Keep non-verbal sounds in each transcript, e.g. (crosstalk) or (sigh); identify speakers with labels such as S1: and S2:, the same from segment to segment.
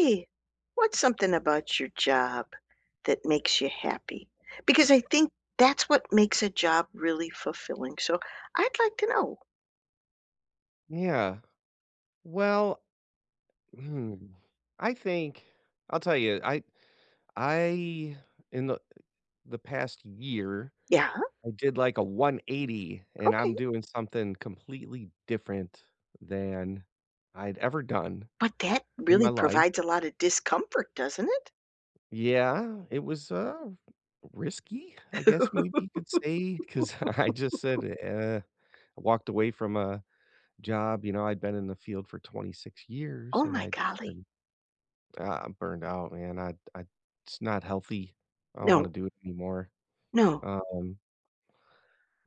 S1: Hey, what's something about your job that makes you happy? Because I think that's what makes a job really fulfilling. So I'd like to know.
S2: Yeah. Well, hmm, I think I'll tell you, I in the past year,
S1: Yeah,
S2: I did like a 180 and
S1: okay.
S2: I'm doing something completely different than I'd ever done
S1: But that
S2: in my
S1: really
S2: life.
S1: provides a lot of discomfort, doesn't it?
S2: Yeah, it was risky, I guess maybe you could say, because (laughs) I just said, I walked away from a job, you know, I'd been in the field for 26 years
S1: Oh
S2: and
S1: my
S2: I
S1: golly.
S2: said I'm burned out, man. I it's not healthy. I don't wanna
S1: No,
S2: do it anymore.
S1: no,
S2: Um,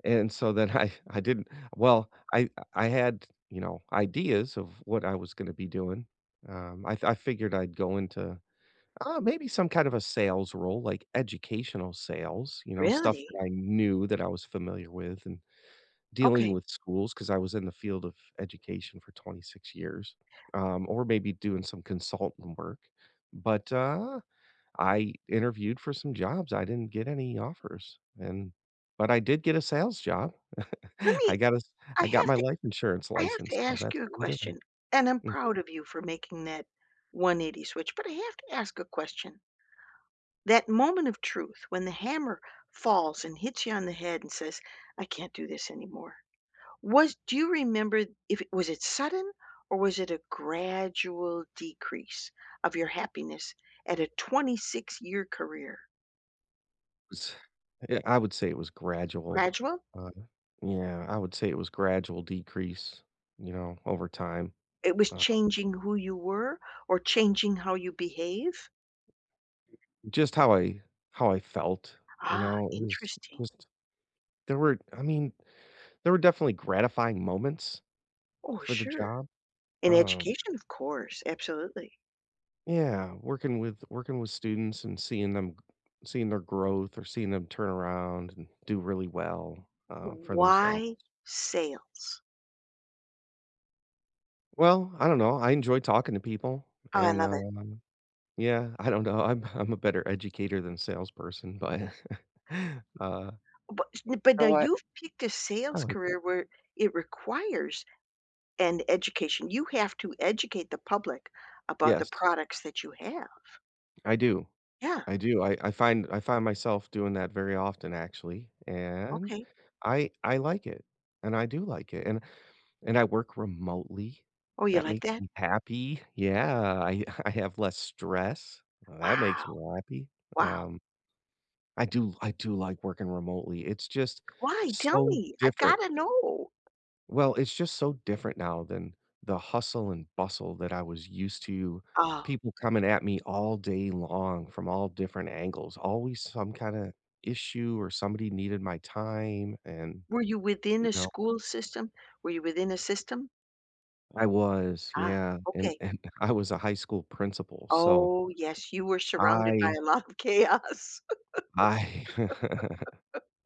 S2: and so then (laughs) I didn't well, I had, you know, ideas of what I was gonna be doing. I figured I'd go into, maybe some kind of a sales role, like educational sales, you know, stuff
S1: really?
S2: that I knew that I was familiar with and dealing
S1: Okay.
S2: with schools because I was in the field of education for 26 years, or maybe doing some consultant work. But, I interviewed for some jobs, I didn't get any offers, and but I did get a sales job.
S1: Let
S2: (laughs) I
S1: me,
S2: got a s
S1: I
S2: I got
S1: have
S2: my
S1: to,
S2: life insurance
S1: I have to
S2: license, so
S1: ask
S2: that's
S1: you a
S2: what I'm doing.
S1: question. And I'm
S2: Mhm.
S1: proud of you for making that 180 switch, but I have to ask a question. That moment of truth when the hammer falls and hits you on the head and says, "I can't do this anymore." Was do you remember if it was it sudden or was it a gradual decrease of your happiness at a 26-year career?
S2: Was Yeah, I would say it was gradual.
S1: Gradual?
S2: Uh, yeah, I would say it was gradual decrease, you know, over time.
S1: It was
S2: uh,
S1: changing who you were or changing how you behave?
S2: Just how I felt, you
S1: Ah,
S2: know, it was
S1: interesting.
S2: just there were I mean, there were definitely gratifying moments
S1: Oh,
S2: for the
S1: sure.
S2: job.
S1: In
S2: um
S1: education, of course, absolutely.
S2: Yeah, working with students and seeing them seeing their growth or seeing them turn around and do really well, for themselves.
S1: Why sales?
S2: Well, I don't know, I enjoy talking to people
S1: Oh, I
S2: and,
S1: love it.
S2: yeah, I don't know, I'm a better educator than salesperson, but, (laughs) uh,
S1: But but now
S2: no, I
S1: you've picked a
S2: I
S1: sales
S2: like it.
S1: career where it requires an education. You have to educate the public about the
S2: Yes,
S1: products that you have.
S2: I do.
S1: Yeah,
S2: I do. I find I find myself doing that very often actually, and
S1: okay.
S2: I like it, and I do like it, and I work remotely.
S1: Oh, you
S2: That
S1: like
S2: makes
S1: that?
S2: me happy. Yeah, I (laughs) I have less stress. That
S1: Wow,
S2: makes me happy.
S1: wow.
S2: Um, I do like working remotely. It's just
S1: Why? Tell
S2: so
S1: me. I have
S2: different.
S1: gotta know.
S2: Well, it's just so different now than the hustle and bustle that I was used to.
S1: Oh,
S2: People coming at me all day long from all different angles, always some kind of issue or somebody needed my time. And,
S1: were you within
S2: you
S1: a
S2: know,
S1: school system? Were you within a system?
S2: I was,
S1: Ah,
S2: yeah. And,
S1: okay.
S2: and (laughs) I was a high school principal. So
S1: Oh, yes, you were surrounded by
S2: I,
S1: a lot of chaos. (laughs)
S2: I, (laughs)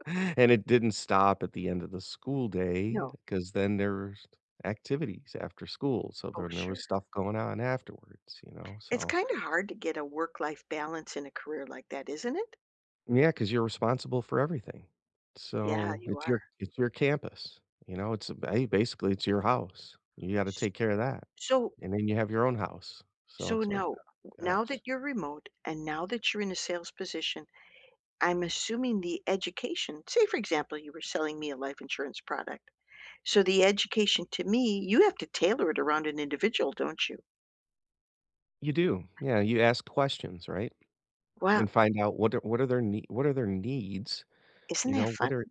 S2: and it didn't stop at the end of the school day
S1: No.
S2: because then there were activities after school. So
S1: Oh,
S2: then there was
S1: sure.
S2: stuff going on afterwards, you know,
S1: It's
S2: so.
S1: kinda hard to get a work-life balance in a career like that, isn't it?
S2: Yeah, because 'cause you're responsible for everything.
S1: Yeah,
S2: So,
S1: you are.
S2: it's your campus, you know, it's ba basically, it's your house. You gotta
S1: S
S2: take care of that,
S1: so
S2: and then you have your own house. So,
S1: so
S2: it's like,
S1: now
S2: gosh.
S1: that you're remote and now that you're in a sales position, I'm assuming the education say, for example, you were selling me a life insurance product. So the education to me, you have to tailor it around an individual, don't you?
S2: You do, yeah, you ask questions, right?
S1: Wow,
S2: And find out what are their nee what are their needs,
S1: isn't
S2: you
S1: that
S2: know, what
S1: funny?
S2: are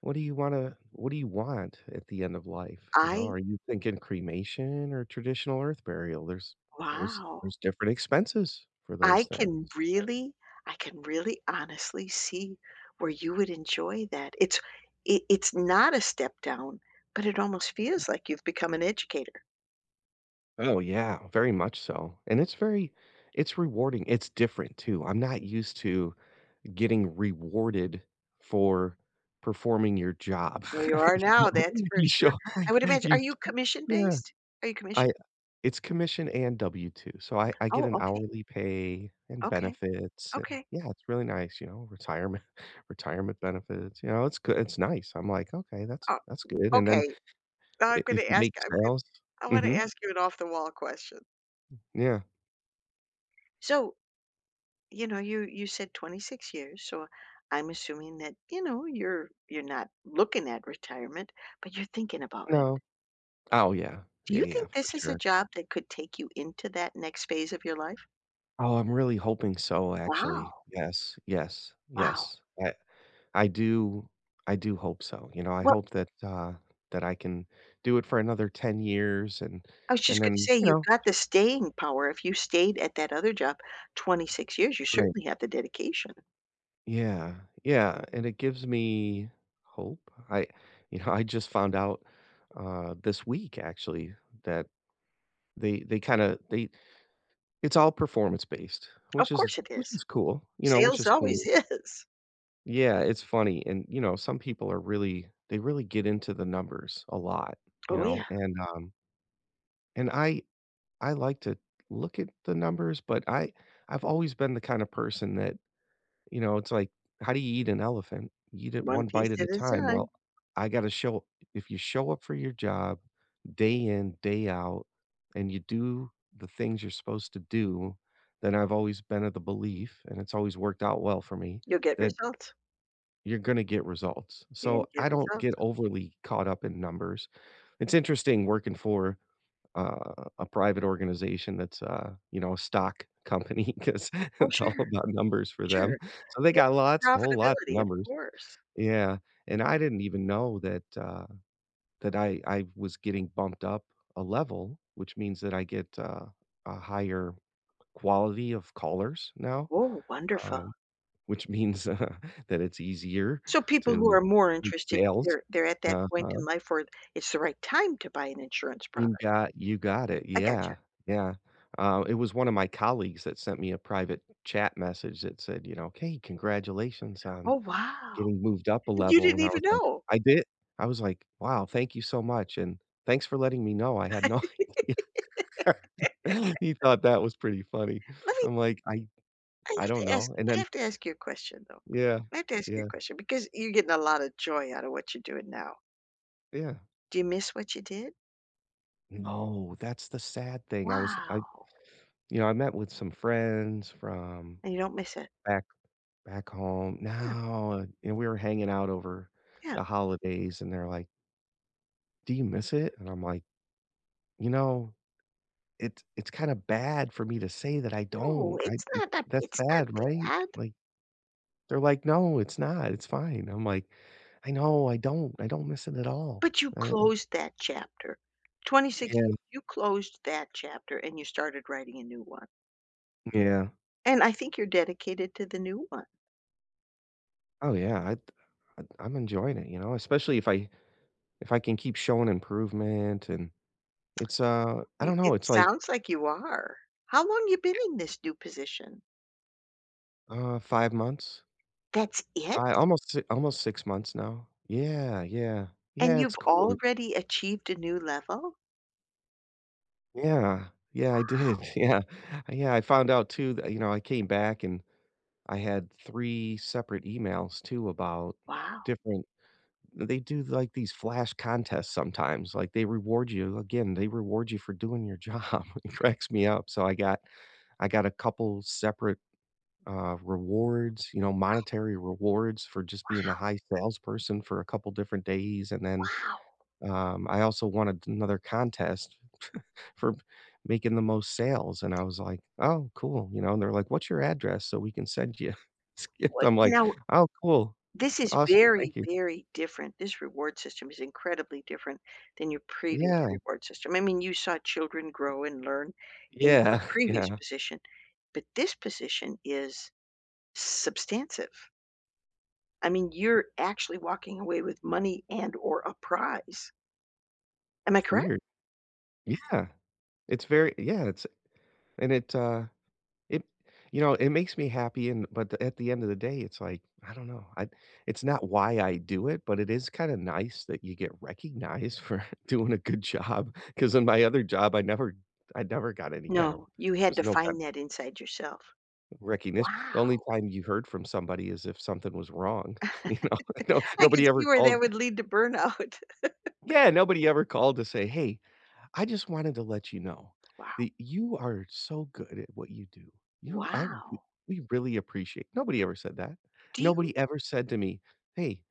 S2: what do you wanna what do you want at the end of life, you know?
S1: I
S2: Are you thinking cremation or traditional earth burial?
S1: wow.
S2: There's different expenses for those
S1: I
S2: things.
S1: can really I can really honestly see where you would enjoy that. It's not a step down, but it almost feels like you've become an educator.
S2: Oh, yeah, very much so, and it's very it's rewarding, it's different too, I'm not used to getting rewarded for performing your job,
S1: Well, you
S2: (laughs)
S1: are
S2: you know?
S1: now, that's for
S2: You
S1: sure.
S2: show
S1: I would
S2: (laughs)
S1: imagine,
S2: you
S1: are you commission
S2: Yeah,
S1: based? Are you
S2: I
S1: commissioned?
S2: it's commission and W-2, so I get
S1: Oh,
S2: an
S1: okay,
S2: hourly pay and
S1: okay,
S2: benefits, and
S1: okay.
S2: yeah, it's really nice, you know, retirement (laughs) retirement benefits, you know, it's good it's nice, I'm like, "Okay,
S1: Oh,
S2: that's good," and then
S1: okay. Now I'm
S2: I
S1: gonna
S2: if you
S1: ask
S2: make
S1: I'm good
S2: sales.
S1: I wanna
S2: Mhm,
S1: ask you an off the wall question.
S2: yeah,
S1: So, you know, you said 26 years, so I'm assuming that, you know, you're not looking at retirement, but you're thinking about it.
S2: no. Oh, yeah.
S1: Do
S2: Yeah,
S1: you
S2: yeah,
S1: think
S2: for
S1: this is a
S2: sure.
S1: job that could take you into that next phase of your life?
S2: Oh, I'm really hoping so, actually.
S1: Wow,
S2: Yes, yes,
S1: wow.
S2: yes. I do I do hope so, you know, I
S1: Well,
S2: hope that, that I can do it for another 10 years
S1: I was
S2: and
S1: just gonna
S2: then,
S1: say,
S2: you
S1: you've
S2: know,
S1: got the
S2: just
S1: staying power. If you stayed at that other job 26 years, you
S2: right.
S1: certainly have the dedication.
S2: Yeah, yeah, and it gives me hope. I you know, I just found out, this week, actually, that they kinda they it's all performance based,
S1: Of course it
S2: which
S1: is.
S2: is cool, you know, which
S1: Sales
S2: is
S1: always (laughs)
S2: cool.
S1: is.
S2: Yeah, it's funny, and, you know, some people are really they really get into the numbers a lot, you
S1: Oh, yeah.
S2: know, and I like to look at the numbers, but I've always been the kind of person that, you know, it's like, "How do you eat an elephant? You eat it
S1: One
S2: one
S1: piece
S2: bite at a
S1: at a
S2: time."
S1: time.
S2: Well, I gotta show if you show up for your job day in, day out, and you do the things you're supposed to do, then I've always been of the belief, and it's always worked out well for me,
S1: You'll get
S2: that
S1: results.
S2: you're gonna get results.
S1: You're gonna
S2: So
S1: get
S2: I don't
S1: results.
S2: get overly caught up in numbers. It's interesting working for a private organization that's you know, a stock company (laughs) because
S1: Oh,
S2: it's all
S1: sure,
S2: about numbers for them.
S1: sure.
S2: So they got lots, whole lots of
S1: Profitability, of
S2: numbers.
S1: course.
S2: Yeah, and I didn't even know that that I was getting bumped up a level, which means that I get, a higher quality of callers now.
S1: Oh,
S2: Uh,
S1: wonderful.
S2: which means, (laughs) that it's easier
S1: So people who are
S2: to
S1: more
S2: make
S1: interested,
S2: sales.
S1: they're at that point
S2: Uh-huh.
S1: in life where it's the right time to buy an insurance product.
S2: You got it,
S1: I gotcha.
S2: yeah, yeah. It was one of my colleagues that sent me a private chat message that said, you know, "Hey, congratulations on
S1: Oh, wow.
S2: getting moved up a
S1: And you
S2: level,"
S1: didn't
S2: and I
S1: even
S2: was like
S1: know.
S2: I did. I was like, "Wow, thank you so much, and thanks for letting me know, I had no
S1: (laughs)
S2: (laughs) idea." (laughs) He thought that was pretty funny.
S1: Let
S2: I'm like,
S1: I
S2: I
S1: have
S2: don't
S1: to ask
S2: know," and
S1: I
S2: then
S1: have to ask you a question, though.
S2: yeah,
S1: I have to ask you a
S2: yeah,
S1: question because you're getting a lot of joy out of what you're doing now.
S2: yeah.
S1: Do you miss what you did?
S2: No, that's the sad thing, I was I
S1: Wow.
S2: you know, I met with some friends from
S1: And you don't miss it?
S2: back back home
S1: Yeah,
S2: now, and we were hanging out over
S1: yeah.
S2: the holidays, and they're like, "Do you miss it?" And I'm like, "You know, it's kinda bad for me to say that I
S1: No,
S2: don't. I
S1: it's
S2: it
S1: not that
S2: that's
S1: it's
S2: sad,
S1: not
S2: right?"
S1: bad,
S2: Like, they're like, "No, it's not. It's fine." I'm like, "I know. I don't. I don't miss it at all."
S1: but you
S2: Uh,
S1: closed that chapter. 26 years,
S2: yeah,
S1: you closed that chapter and you started writing a new one.
S2: yeah.
S1: And I think you're dedicated to the new one.
S2: Oh, yeah. I I'm enjoying it, you know, especially if I can keep showing improvement and it's, I
S1: Y
S2: don't know,
S1: It
S2: it's like
S1: sounds like you are. How long you been in this new position?
S2: uh, 5 months.
S1: That's it?
S2: I almost si almost 6 months now. Yeah, yeah.
S1: And
S2: Yeah, it's
S1: you've
S2: cool.
S1: already achieved a new level?
S2: Yeah. Yeah, I did. (laughs) Yeah. Yeah, I found out too that, you know, I came back and I had 3 separate emails too about
S1: Wow,
S2: different they do, like, these flash contests sometimes, like, they reward you again, they reward you for doing your job. (laughs) It cracks me up. So I got a couple separate rewards, you know, monetary rewards for just being a high salesperson for a couple different days. And then
S1: wow.
S2: I also won another contest (laughs) for making the most sales. And I was like, oh, cool. You know, and they're like, what's your address so we can send you (laughs) this gift?
S1: What
S2: I'm like,
S1: now
S2: oh, cool.
S1: this is
S2: Awesome. Thank
S1: very,
S2: you.
S1: very different. This reward system is incredibly different than your previous
S2: Yeah.
S1: reward system. I mean, you saw children grow and learn in your
S2: Yeah. (laughs)
S1: previous
S2: Yeah.
S1: position, but this position is substantive. I mean, you're actually walking away with money and or a prize. Am I
S2: It's
S1: correct?
S2: weird. Yeah. It's very, yeah. And it, It you know, it makes me happy and but the at the end of the day, it's like, I don't know, I it's not why I do it, but it is kinda nice that you get recognized for (laughs) doing a good job. Because in my other job, I never got any kind of
S1: No, you had
S2: there's
S1: to
S2: no kind
S1: find that inside yourself.
S2: of recognition.
S1: Wow.
S2: The only time you heard from somebody is if something was wrong, (laughs) you know? (laughs) No
S1: I could
S2: nobody
S1: see
S2: ever
S1: where that
S2: called.
S1: would lead to burnout. (laughs)
S2: Yeah, nobody ever called to say, "Hey, I just wanted to let you know
S1: Wow.
S2: that you are so good at what you do. You I w-
S1: Wow.
S2: we really appreciate." Nobody ever said that.
S1: Do you?
S2: Nobody ever said to me, "Hey,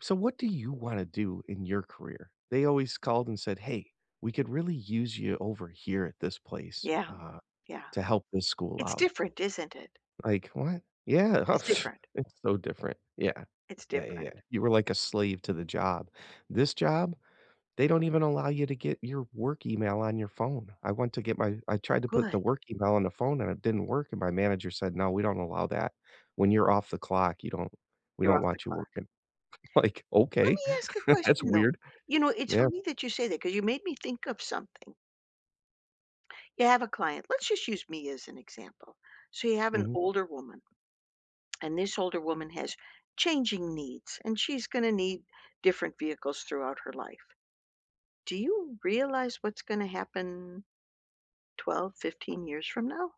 S2: so what do you wanna do in your career?" They always called and said, "Hey, we could really use you over here at this place,
S1: Yeah. Yeah.
S2: to help this school
S1: It's
S2: out."
S1: different, isn't it?
S2: Like, "What?" Yeah,
S1: It's
S2: (laughs)
S1: different.
S2: it's so different. Yeah.
S1: It's
S2: Yeah, yeah,
S1: different.
S2: yeah. You were like a slave to the job. This job they don't even allow you to get your work email on your phone. I went to get my I tried to put the
S1: Good.
S2: work email on the phone and it didn't work, and my manager said, "No, we don't allow that. When you're off the clock, you don't we
S1: You're
S2: don't
S1: off the
S2: want you
S1: clock.
S2: working." (laughs) Like,
S1: Let
S2: "Okay,
S1: me ask a
S2: (laughs) that's
S1: question, though.
S2: weird."
S1: You know, it's
S2: Yeah,
S1: funny that you say that because you made me think of something. You have a client. Let's just use me as an example. So you have an
S2: mhm,
S1: older woman, and this older woman has changing needs, and she's going to need different vehicles throughout her life. Do you realize what's going to happen 12, 15 years from now?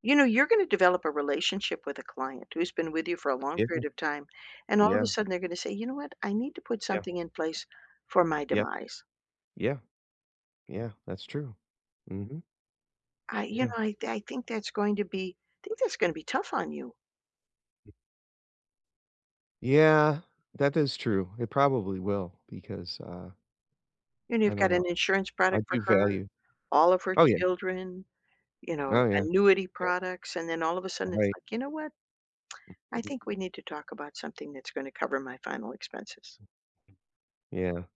S1: You know, you're gonna develop a relationship with a client who's been with you for a long
S2: yeah,
S1: period of time, and all of a
S2: yeah,
S1: sudden they're gonna say, "You know what? I need to put
S2: yeah,
S1: something in place for my
S2: yeah,
S1: demise."
S2: yeah, yeah, that's true. Mhm,
S1: I you
S2: yeah.
S1: know, I think that's going to be I think that's gonna be tough on you.
S2: Yeah, that is true. It probably will because,
S1: You know, you've
S2: I
S1: got
S2: don't know.
S1: an insurance
S2: I
S1: product for
S2: do
S1: her,
S2: value
S1: all of her
S2: oh, yeah.
S1: children, you know,
S2: Oh, yeah,
S1: annuity
S2: yeah,
S1: products, and then all of a sudden it's
S2: right.
S1: like, "You know what? I think
S2: Mhm.
S1: we need to talk about something that's gonna cover my final expenses."
S2: Yeah,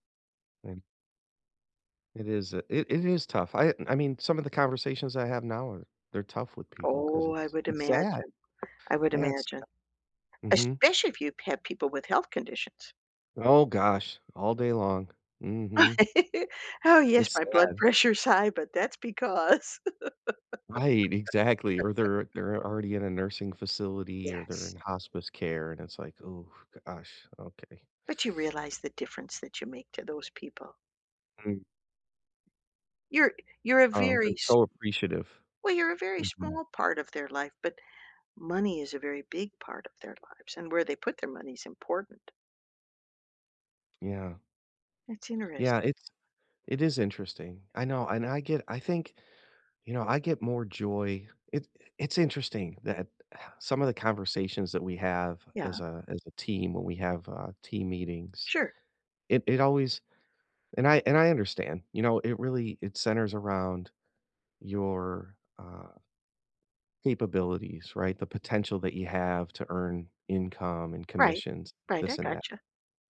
S2: it is, it is tough. I mean, some of the conversations I have now are they're tough with people because
S1: Oh, I would
S2: it's sad.
S1: imagine. I would
S2: Yeah, it's
S1: imagine.
S2: mhm.
S1: Especially if you have people with health conditions.
S2: Oh gosh, all day long. Mhm.
S1: (laughs) Oh, yes,
S2: It's
S1: my blood
S2: sad.
S1: pressure's high, but that's because
S2: Right, exactly, or they're already in a nursing
S1: (laughs)
S2: facility or they're
S1: yes.
S2: in hospice care, and it's like, oh gosh, okay."
S1: But you realize the difference that you make to those people.
S2: Mm.
S1: You're you're a
S2: Oh,
S1: very
S2: they're
S1: s
S2: so appreciative.
S1: well, you're a very
S2: Mhm.
S1: small part of their life, but money is a very big part of their lives, and where they put their money is important.
S2: Yeah.
S1: That's interest
S2: Yeah, it's it is interesting. I know, and I think I get more joy it it's interesting that some of the conversations that we have
S1: Yeah,
S2: as a team when we have, team meetings,
S1: sure.
S2: it always and I understand, you know, it really it centers around your, capabilities, right? The potential that you have to earn income and
S1: Right.
S2: commissions,
S1: Right, I
S2: this and that.
S1: gotcha.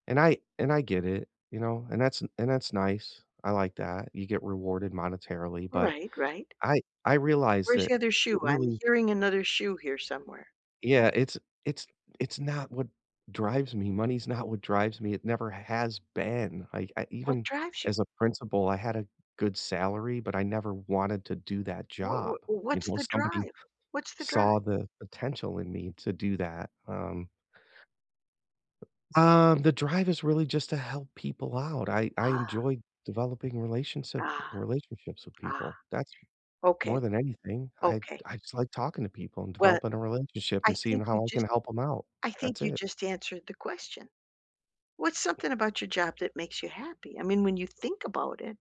S2: And I get it, you know, and that's nice. I like that. You get rewarded monetarily, but
S1: Right, right.
S2: I realize
S1: Where's
S2: that
S1: the other
S2: it
S1: shoe? I'm
S2: really
S1: hearing another shoe here somewhere.
S2: yeah, it's it's not what drives me. Money's not what drives me. It never has been. I
S1: What
S2: even
S1: drives you?
S2: as a principal, I had a good salary, but I never wanted to do that
S1: What
S2: job.
S1: what
S2: You
S1: what's
S2: know,
S1: the
S2: somebody
S1: drive? What's the
S2: saw
S1: drive?
S2: the potential in me to do that. The drive is really just to help people out. I
S1: Ah,
S2: enjoy developing
S1: ah,
S2: relationships with
S1: ah.
S2: people. That's
S1: Okay.
S2: more than anything.
S1: Okay.
S2: I just like talking to people and
S1: Well,
S2: developing a relationship
S1: I
S2: and seeing
S1: think you
S2: how I can
S1: just
S2: help them out.
S1: I
S2: That's
S1: think you
S2: it.
S1: just answered the question. What's something about your job that makes you happy? I mean, when you think about it,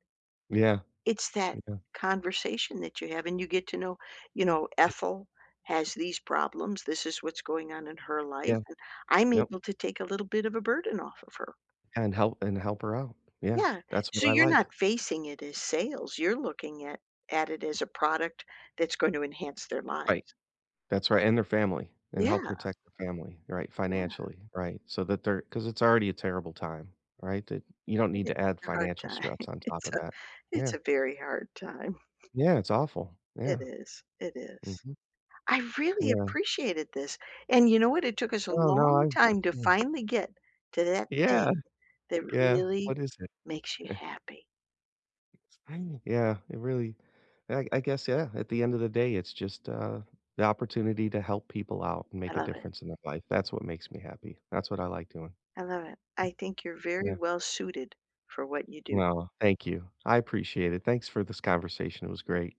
S2: Yeah,
S1: it's that
S2: yeah,
S1: conversation that you have and you get to know, you know, Ethel has these problems. This is what's going on in her
S2: yeah,
S1: life. And I'm
S2: yep,
S1: able to take a little bit of a burden off of her.
S2: and help her out. Yeah,
S1: Yeah.
S2: that's
S1: So
S2: what I
S1: you're
S2: like.
S1: not facing it as sales. You're looking at it as a product that's going to enhance their
S2: Right,
S1: lives.
S2: that's right, and their family, and help
S1: Yeah.
S2: protect the family, right,
S1: Yeah.
S2: financially, right, so that they're are because it's already a terrible time, right, that you don't need
S1: It's
S2: to add
S1: a hard
S2: financial
S1: time.
S2: stress
S1: (laughs)
S2: on top
S1: It's
S2: of that. Yeah,
S1: It's a very hard time.
S2: yeah, it's awful.
S1: It
S2: Yeah,
S1: is, it is.
S2: mhm,
S1: I really
S2: yeah.
S1: appreciated this, and you know what? It took us a
S2: No, no,
S1: long
S2: I did
S1: time to
S2: too.
S1: finally get to that
S2: Yeah,
S1: thing that
S2: yeah, yeah,
S1: really
S2: what is it?
S1: makes you happy.
S2: Yeah, it really I guess, yeah, at the end of the day, it's just, the opportunity to help people out and
S1: I
S2: make a
S1: love it.
S2: difference in their life. That's what makes me happy. That's what I like doing.
S1: I love it. I think you're very
S2: Yeah.
S1: well suited for what you do.
S2: No, thank you. I appreciate it. Thanks for this conversation. It was great.